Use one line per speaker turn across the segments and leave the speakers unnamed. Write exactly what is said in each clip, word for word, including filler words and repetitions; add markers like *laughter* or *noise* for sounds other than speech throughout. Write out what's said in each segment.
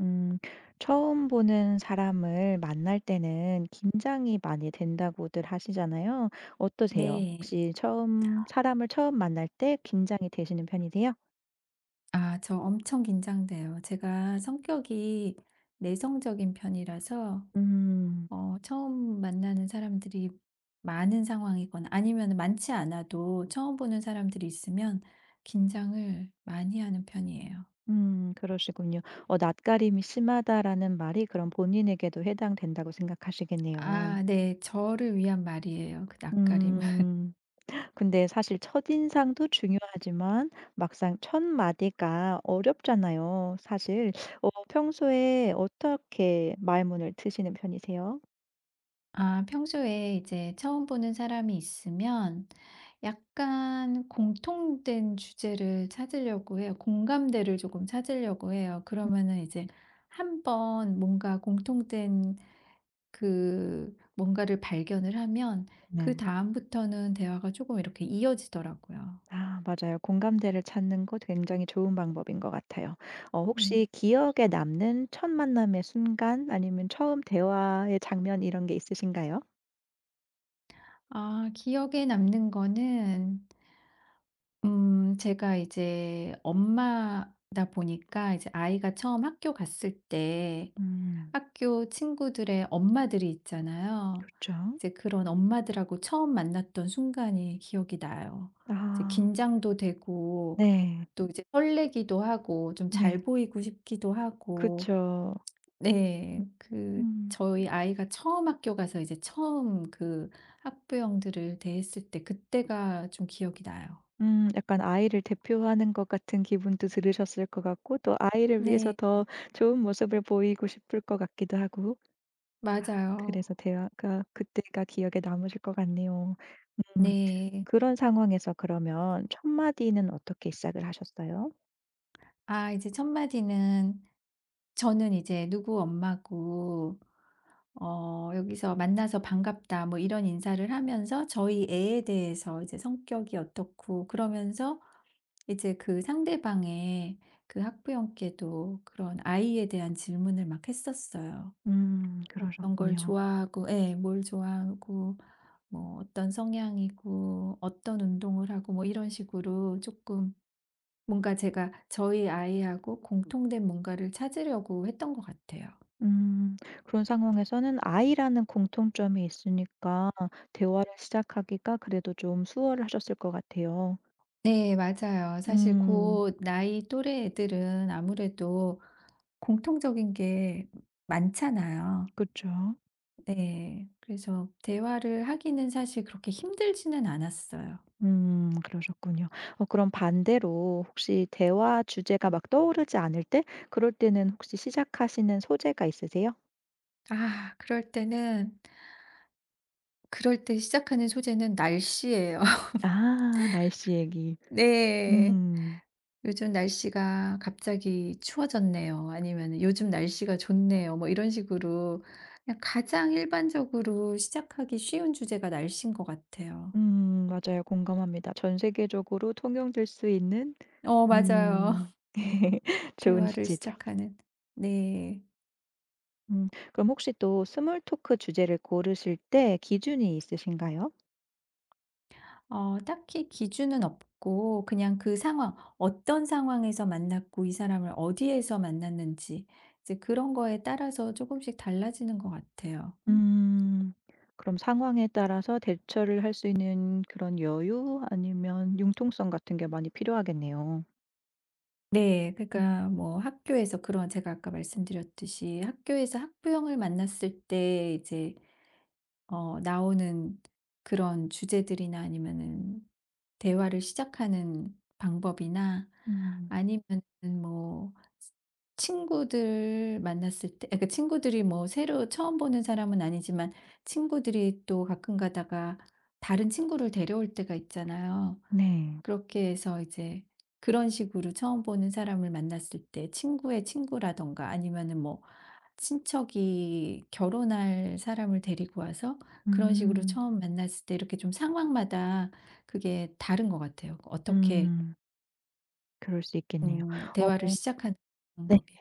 음, 처음 보는 사람을 만날 때는 긴장이 많이 된다고들 하시잖아요. 어떠세요?
네.
혹시 처음, 사람을 처음 만날 때 긴장이 되시는 편이세요?
아, 저 엄청 긴장돼요. 제가 성격이 내성적인 편이라서
음,
어, 처음 만나는 사람들이 많은 상황이거나 아니면 많지 않아도 처음 보는 사람들이 있으면 긴장을 많이 하는 편이에요.
음, 그러시군요. 어, 낯가림이 심하다라는 말이 그럼 본인에게도 해당된다고 생각하시겠네요.
아, 네. 저를 위한 말이에요. 그 낯가림.
음. 근데 사실 첫인상도 중요하지만 막상 첫 마디가 어렵잖아요. 사실 어 평소에 어떻게 말문을 트시는 편이세요?
아 평소에 이제 처음 보는 사람이 있으면 약간 공통된 주제를 찾으려고 해요. 공감대를 조금 찾으려고 해요. 그러면은 이제 한번 뭔가 공통된 그 뭔가를 발견을 하면
네.
그다음부터는 대화가 조금 이렇게 이어지더라고요.
아 맞아요. 공감대를 찾는 거 굉장히 좋은 방법인 것 같아요. 어
음.
혹시 기억에 남는 첫 만남의 순간 아니면 처음 대화의 장면 이런 게 있으신가요?
아 기억에 남는 거는 음 제가 이제 엄마다 보니까 이제 아이가 처음 학교 갔을 때
음.
학교 친구들의 엄마들이 있잖아요.
그렇죠.
이제 그런 엄마들하고 처음 만났던 순간이 기억이 나요. 이제
아.
긴장도 되고
네.
또 이제 설레기도 하고 좀 잘
네.
보이고 싶기도
그
하고
죠
네. 그
음.
저희 아이가 처음 학교 가서 이제 처음 그 학부형들을 대했을 때 그때가 좀 기억이 나요.
음 약간 아이를 대표하는 것 같은 기분도 들으셨을 것 같고 또 아이를 위해서
네.
더 좋은 모습을 보이고 싶을 것 같기도 하고
맞아요.
그래서 대화가 그때가 기억에 남으실 것 같네요. 음
네.
그런 상황에서 그러면 첫 마디는 어떻게 시작을 하셨어요?
아 이제 첫 마디는 저는 이제 누구 엄마고 어 여기서 "만나서 반갑다." 뭐 이런 인사를 하면서 저희 애에 대해서 이제 성격이 어떻고 그러면서 이제 그 상대방의 그 학부형께도 그런 아이에 대한 질문을 막 했었어요.
음
어떤 걸
그러셨군요.
좋아하고 예 뭘 좋아하고 뭐 어떤 성향이고 어떤 운동을 하고 뭐 이런 식으로 조금 뭔가 제가 저희 아이하고 공통된 뭔가를 찾으려고 했던 것 같아요.
음 그런 상황에서는 아이라는 공통점이 있으니까 대화를 시작하기가 그래도 좀 수월하셨을 것 같아요.
네 맞아요. 사실
음
고 나이 또래 애들은 아무래도 공통적인 게 많잖아요.
그쵸.
네. 그래서 대화를 하기는 사실 그렇게 힘들지는 않았어요.
음 그러셨군요. 어 그럼 반대로 혹시 대화 주제가 막 떠오르지 않을 때 그럴 때는 혹시 시작하시는 소재가 있으세요?
아 그럴 때는 그럴 때 시작하는 소재는 날씨예요. *laughs*
아 날씨 얘기.
네.
음.
"요즘 날씨가 갑자기 추워졌네요." 아니면 "요즘 날씨가 좋네요." 뭐 이런 식으로 그냥 가장 일반적으로 시작하기 쉬운 주제가 날씨인 것 같아요.
음 맞아요. 공감합니다. 전 세계적으로 통용될 수 있는.
어 맞아요.
음.
*laughs*
*laughs* 좋은
대화를
주제죠.
시작하는. 네.
음 그럼 혹시 또 스몰 토크 주제를 고르실 때 기준이 있으신가요?
어 딱히 기준은 없고 그냥 그 상황, 어떤 상황에서 만났고 이 사람을 어디에서 만났는지 이제 그런 거에 따라서 조금씩 달라지는 것 같아요.
음. 그럼 상황에 따라서 대처를 할 수 있는 그런 여유 아니면 융통성 같은 게 많이 필요하겠네요.
네.
음.
그러니까 뭐 학교에서 그런 제가 아까 말씀드렸듯이 학교에서 학부형을 만났을 때 이제 어 나오는 그런 주제들이나 아니면은 대화를 시작하는 방법이나
음.
아니면 뭐 친구들 만났을 때 그러니까 친구들이 뭐 새로 처음 보는 사람은 아니지만 친구들이 또 가끔 가다가 다른 친구를 데려올 때가 있잖아요.
네.
그렇게 해서 이제 그런 식으로 처음 보는 사람을 만났을 때 친구의 친구라던가 아니면은 뭐 친척이 결혼할 사람을 데리고 와서 그런 식으로
음.
처음 만났을 때 이렇게 좀 상황마다 그게 다른 것 같아요. 어떻게
음. 그럴 수 있겠네요.
음
어
대화를 시작하는
네.
방법이.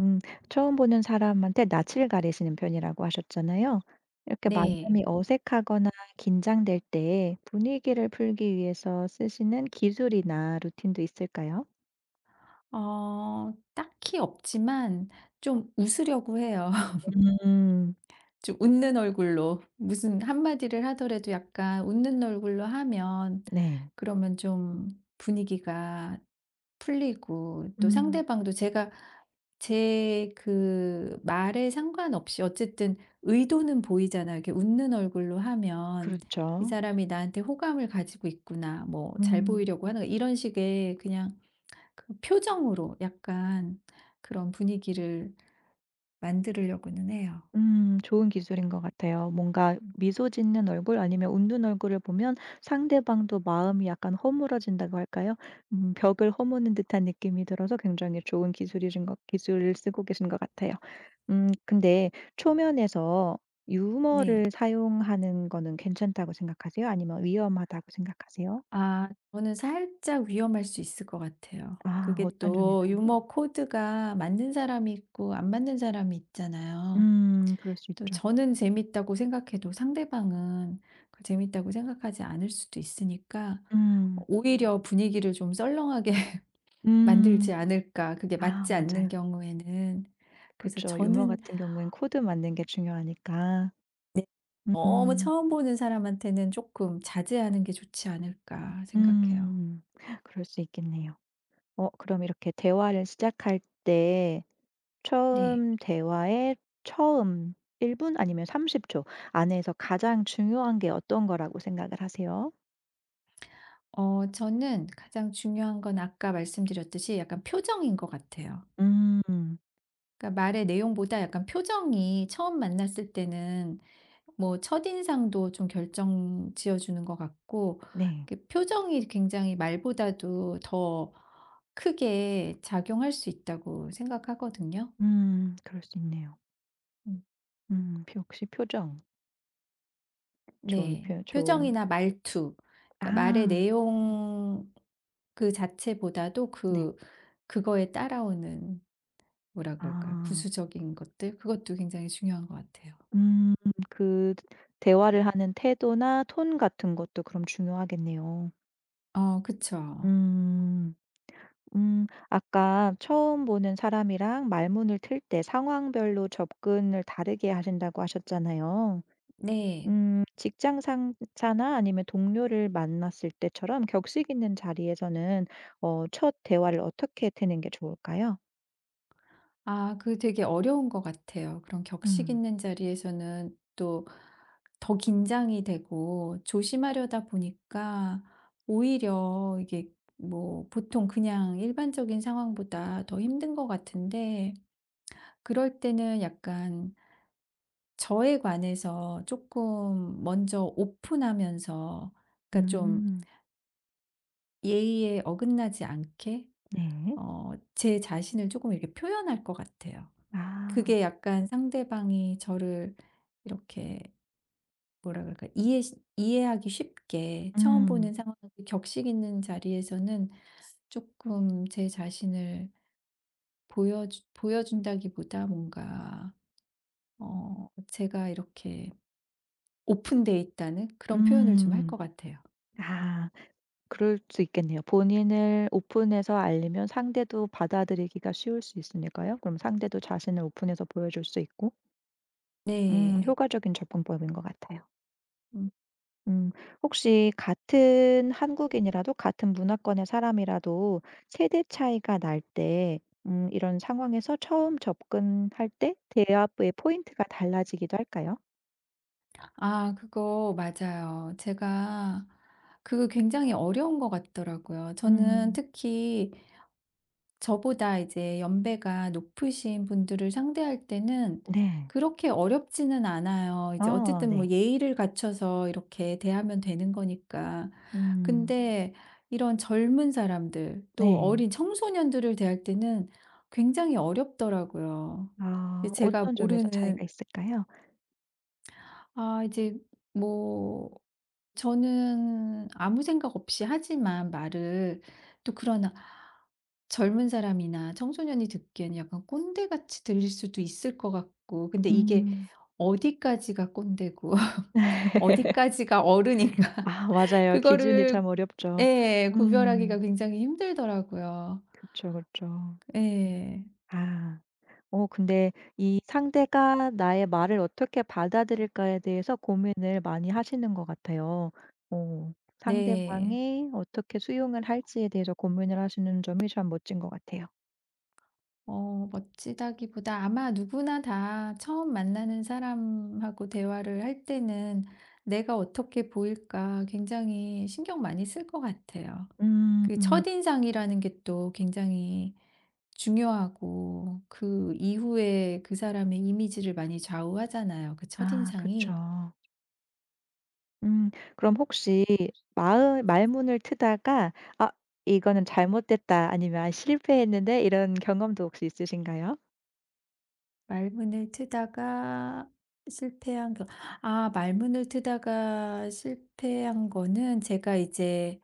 음 처음 보는 사람한테 낯을 가리시는 편이라고 하셨잖아요. 이렇게
네.
만남이 어색하거나 긴장될 때 분위기를 풀기 위해서 쓰시는 기술이나 루틴도 있을까요?
어 딱히 없지만 좀 웃으려고 해요.
음.
좀 웃는 얼굴로 무슨 한마디를 하더라도 약간 웃는 얼굴로 하면
네.
그러면 좀 분위기가 풀리고 또
음.
상대방도 제가 제 그 말에 상관없이 어쨌든 의도는 보이잖아요. 이렇게 웃는 얼굴로 하면 이
그렇죠.
사람이 나한테 호감을 가지고 있구나. 뭐 잘
음.
보이려고 하는 이런 식의 그냥 그 표정으로 약간 그런 분위기를 만들려고는 해요.
음 좋은 기술인 것 같아요. 뭔가
음,
미소 짓는 얼굴 아니면 웃는 얼굴을 보면 상대방도 마음이 약간 허물어진다고 할까요? 음 벽을 허무는 듯한 느낌이 들어서 굉장히 좋은 기술이신 것 기술을 쓰고 계신 것 같아요. 음 근데 초면에서
네.
유머를 사용하는 거는 괜찮다고 생각하세요? 아니면 위험하다고 생각하세요?
아 저는 살짝 위험할 수 있을 것 같아요.
아
그게
어떤
또
점에서요?
유머 코드가 맞는 사람이 있고 안 맞는 사람이 있잖아요.
음 그럴 수
또
있죠.
저는 재밌다고 생각해도 상대방은 그 재밌다고 생각하지 않을 수도 있으니까
음.
오히려 분위기를 좀 썰렁하게 *laughs*
음.
만들지 않을까. 그게
아
맞지
맞아요.
않는 경우에는. 그래서
그쵸. 유머
저는
같은 경우엔 코드 맞는 게 중요하니까.
네 너무
음.
처음 보는 사람한테는 조금 자제하는 게 좋지 않을까 생각해요.
음. 그럴 수 있겠네요. 어 그럼 이렇게 대화를 시작할 때
네.
처음 대화의 처음 일 분 아니면 삼십 초 안에서 가장 중요한 게 어떤 거라고 생각을 하세요?
어 저는 가장 중요한 건 아까 말씀드렸듯이 약간 표정인 것 같아요.
음.
그러니까 말의 내용보다 약간 표정이 처음 만났을 때는 뭐 첫인상도 좀 결정 지어주는 것 같고
네.
이렇게 표정이 굉장히 말보다도 더 크게 작용할 수 있다고 생각하거든요.
음. 그럴 수 있네요.
음.
음. 역시 표정. 좋은
네.
표 좋은
표정이나 말투. 그러니까 말의
아.
내용 그 자체보다도
네.
그 그거에 따라오는 뭐라 그럴까요?
아.
부수적인 것들 그것도 굉장히 중요한 것 같아요.
음 그 대화를 하는 태도나 톤 같은 것도 그럼 중요하겠네요.
어 그쵸.
음. 음 아까 처음 보는 사람이랑 말문을 틀 때 상황별로 접근을 다르게 하신다고 하셨잖아요.
네.
음 직장 상사나 아니면 동료를 만났을 때처럼 격식 있는 자리에서는 어 첫 대화를 어떻게 트는 게 좋을까요?
아 그 되게 어려운 것 같아요. 그런 격식
음.
있는 자리에서는 또 더 긴장이 되고 조심하려다 보니까 오히려 이게 뭐 보통 그냥 일반적인 상황보다 더 힘든 것 같은데 그럴 때는 약간 저에 관해서 조금 먼저 오픈하면서 그러니까 좀
음.
예의에 어긋나지 않게
네.
어 제 자신을 조금 이렇게 표현할 것 같아요.
아.
그게 약간 상대방이 저를 이렇게 뭐라 그럴까 이해 이해하기 쉽게 처음
음.
보는 상황 격식 있는 자리에서는 조금 제 자신을 보여 보여준다기보다 뭔가 어 제가 이렇게 오픈돼 있다는 그런 표현을 좀 할
음.
것 같아요.
아. 그럴 수 있겠네요. 본인을 오픈해서 알리면 상대도 받아들이기가 쉬울 수 있으니까요. 그럼 상대도 자신을 오픈해서 보여줄 수 있고 음
네.
효과적인 접근법인 것 같아요.
음.
음 혹시 같은 한국인이라도 같은 문화권의 사람이라도 세대 차이가 날 때 음 이런 상황에서 처음 접근할 때 대화의 포인트가 달라지기도 할까요?
아 그거 맞아요. 제가 그거 굉장히 어려운 것 같더라고요. 저는
음.
특히 저보다 이제 연배가 높으신 분들을 상대할 때는
네.
그렇게 어렵지는 않아요. 이제
어
어쨌든 뭐
네.
예의를 갖춰서 이렇게 대하면 되는 거니까.
음
근데 이런 젊은 사람들, 또
네.
어린 청소년들을 대할 때는 굉장히 어렵더라고요.
아
제가
어떤 점에서 차이가
모르는
있을까요?
아 이제 뭐 저는 아무 생각 없이 하지만 말을 또 그러나 젊은 사람이나 청소년이 듣기에는 약간 꼰대같이 들릴 수도 있을 것 같고 근데 이게
음.
어디까지가 꼰대고 *laughs* 어디까지가 어른인가
아
*laughs*
맞아요. 기준이
그거를
참 어렵죠.
예
음.
구별하기가 굉장히 힘들더라고요.
그쵸, 그쵸.
예.
아. 어 근데 이 상대가 나의 말을 어떻게 받아들일까에 대해서 고민을 많이 하시는 것 같아요. 어.
네.
상대방이 어떻게 수용을 할지에 대해서 고민을 하시는 점이 참 멋진 것 같아요.
어 멋지다기보다 아마 누구나 다 처음 만나는 사람하고 대화를 할 때는 '내가 어떻게 보일까.' 굉장히 신경 많이 쓸 것 같아요.
음.
그
음.
첫인상이라는 게 또 굉장히 중요하고 그 이후에 그 사람의 이미지를 많이 좌우하잖아요, 그
아
첫인상이.
그쵸. 음. 그럼 혹시 마을 말문을 트다가 '아 이거는 잘못됐다.' 아니면 '아 실패했는데.' 이런 경험도 혹시 있으신가요?
말문을 트다가 실패한 거 아 말문을 트다가 실패한 거는 제가 이제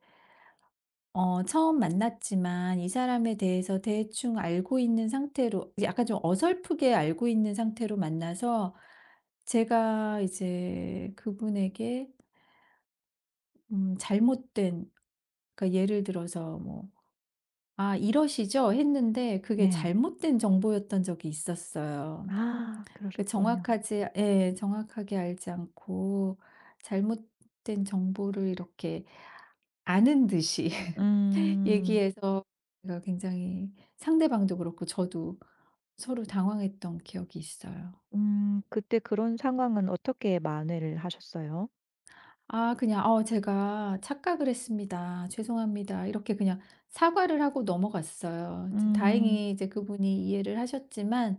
어 처음 만났지만 이 사람에 대해서 대충 알고 있는 상태로 약간 좀 어설프게 알고 있는 상태로 만나서 제가 이제 그분에게 음 잘못된 그러니까 예를 들어서 뭐 "아 이러시죠?" 했는데 그게
네.
잘못된 정보였던 적이 있었어요.
아
그
그러셨군요.
정확하지 예 정확하게 알지 않고 잘못된 정보를 이렇게 아는 듯이 *laughs*
음.
얘기해서 제가 굉장히 상대방도 그렇고 저도 서로 당황했던 기억이 있어요.
음 그때 그런 상황은 어떻게 만회를 하셨어요?
아 그냥 "어 제가 착각을 했습니다. 죄송합니다." 이렇게 그냥 사과를 하고 넘어갔어요. 이제
음.
다행히 이제 그분이 이해를 하셨지만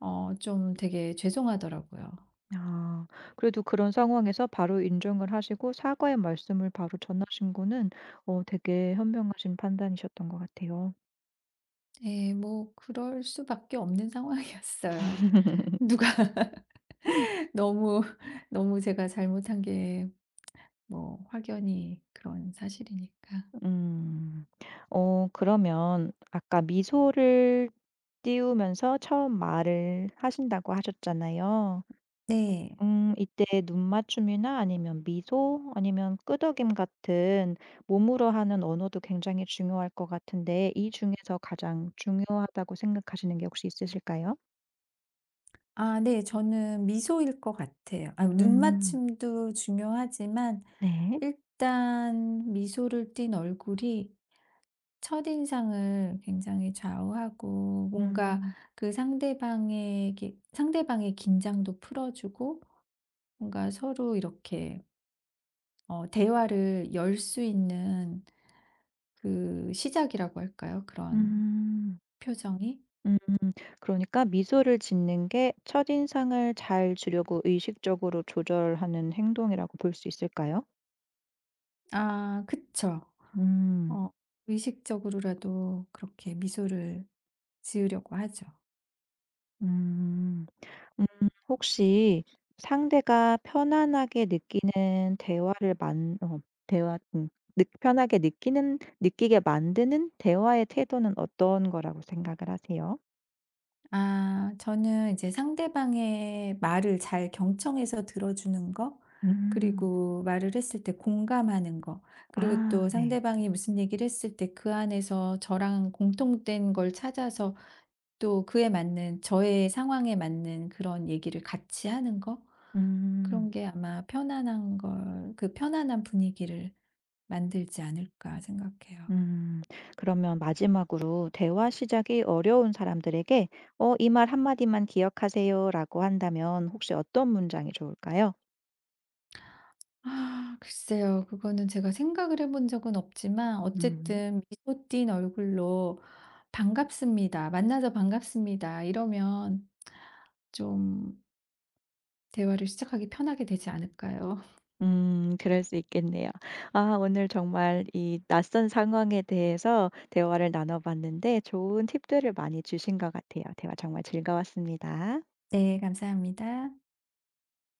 어 좀 되게 죄송하더라고요.
아. 그래도 그런 상황에서 바로 인정을 하시고 사과의 말씀을 바로 전하신 거는 어 되게 현명하신 판단이셨던 것 같아요.
예 뭐 그럴 수밖에 없는 상황이었어요. *laughs* 누가 *laughs* 너무, 너무 제가 잘못한 게 뭐 확연히 그런 사실이니까.
음. 어 그러면 아까 미소를 띄우면서 처음 말을 하신다고 하셨잖아요.
네.
음 이때 눈맞춤이나 아니면 미소 아니면 끄덕임 같은 몸으로 하는 언어도 굉장히 중요할 것 같은데 이 중에서 가장 중요하다고 생각하시는 게 혹시 있으실까요?
아 네. 저는 미소일 것 같아요. 아
음.
눈맞춤도 중요하지만
네.
일단 미소를 띤 얼굴이 첫인상을 굉장히 좌우하고 뭔가
음.
그 상대방에게 상대방의 긴장도 풀어 주고 뭔가 서로 이렇게 어 대화를 열 수 있는 그 시작이라고 할까요? 그런
음.
표정이?
음 그러니까 미소를 짓는 게 첫인상을 잘 주려고 의식적으로 조절하는 행동이라고 볼 수 있을까요?
아 그쵸.
음.
어 의식적으로라도 그렇게 미소를 지으려고 하죠.
음. 음 혹시 상대가 편안하게 느끼는 대화를 만 어 대화 음 느 편하게 느끼는 느끼게 만드는 대화의 태도는 어떤 거라고 생각을 하세요?
아 저는 이제 상대방의 말을 잘 경청해서 들어주는 거
음.
그리고 말을 했을 때 공감하는 거 그리고 또
아 네.
상대방이 무슨 얘기를 했을 때 그 안에서 저랑 공통된 걸 찾아서 또 그에 맞는 저의 상황에 맞는 그런 얘기를 같이 하는 거
음.
그런 게 아마 편안한 걸 그 편안한 분위기를 만들지 않을까 생각해요.
음. 그러면 마지막으로 대화 시작이 어려운 사람들에게 "어 이 말 한 마디만 기억하세요."라고 한다면 혹시 어떤 문장이 좋을까요?
아 글쎄요. 그거는 제가 생각을 해본 적은 없지만
음.
어쨌든 미소 띤 얼굴로 "반갑습니다. 만나서 반갑습니다." 이러면 좀 대화를 시작하기 편하게 되지 않을까요? *laughs*
음 그럴 수 있겠네요. 아 오늘 정말 이 낯선 상황에 대해서 대화를 나눠 봤는데 좋은 팁들을 많이 주신 것 같아요. 대화 정말 즐거웠습니다.
네. 감사합니다.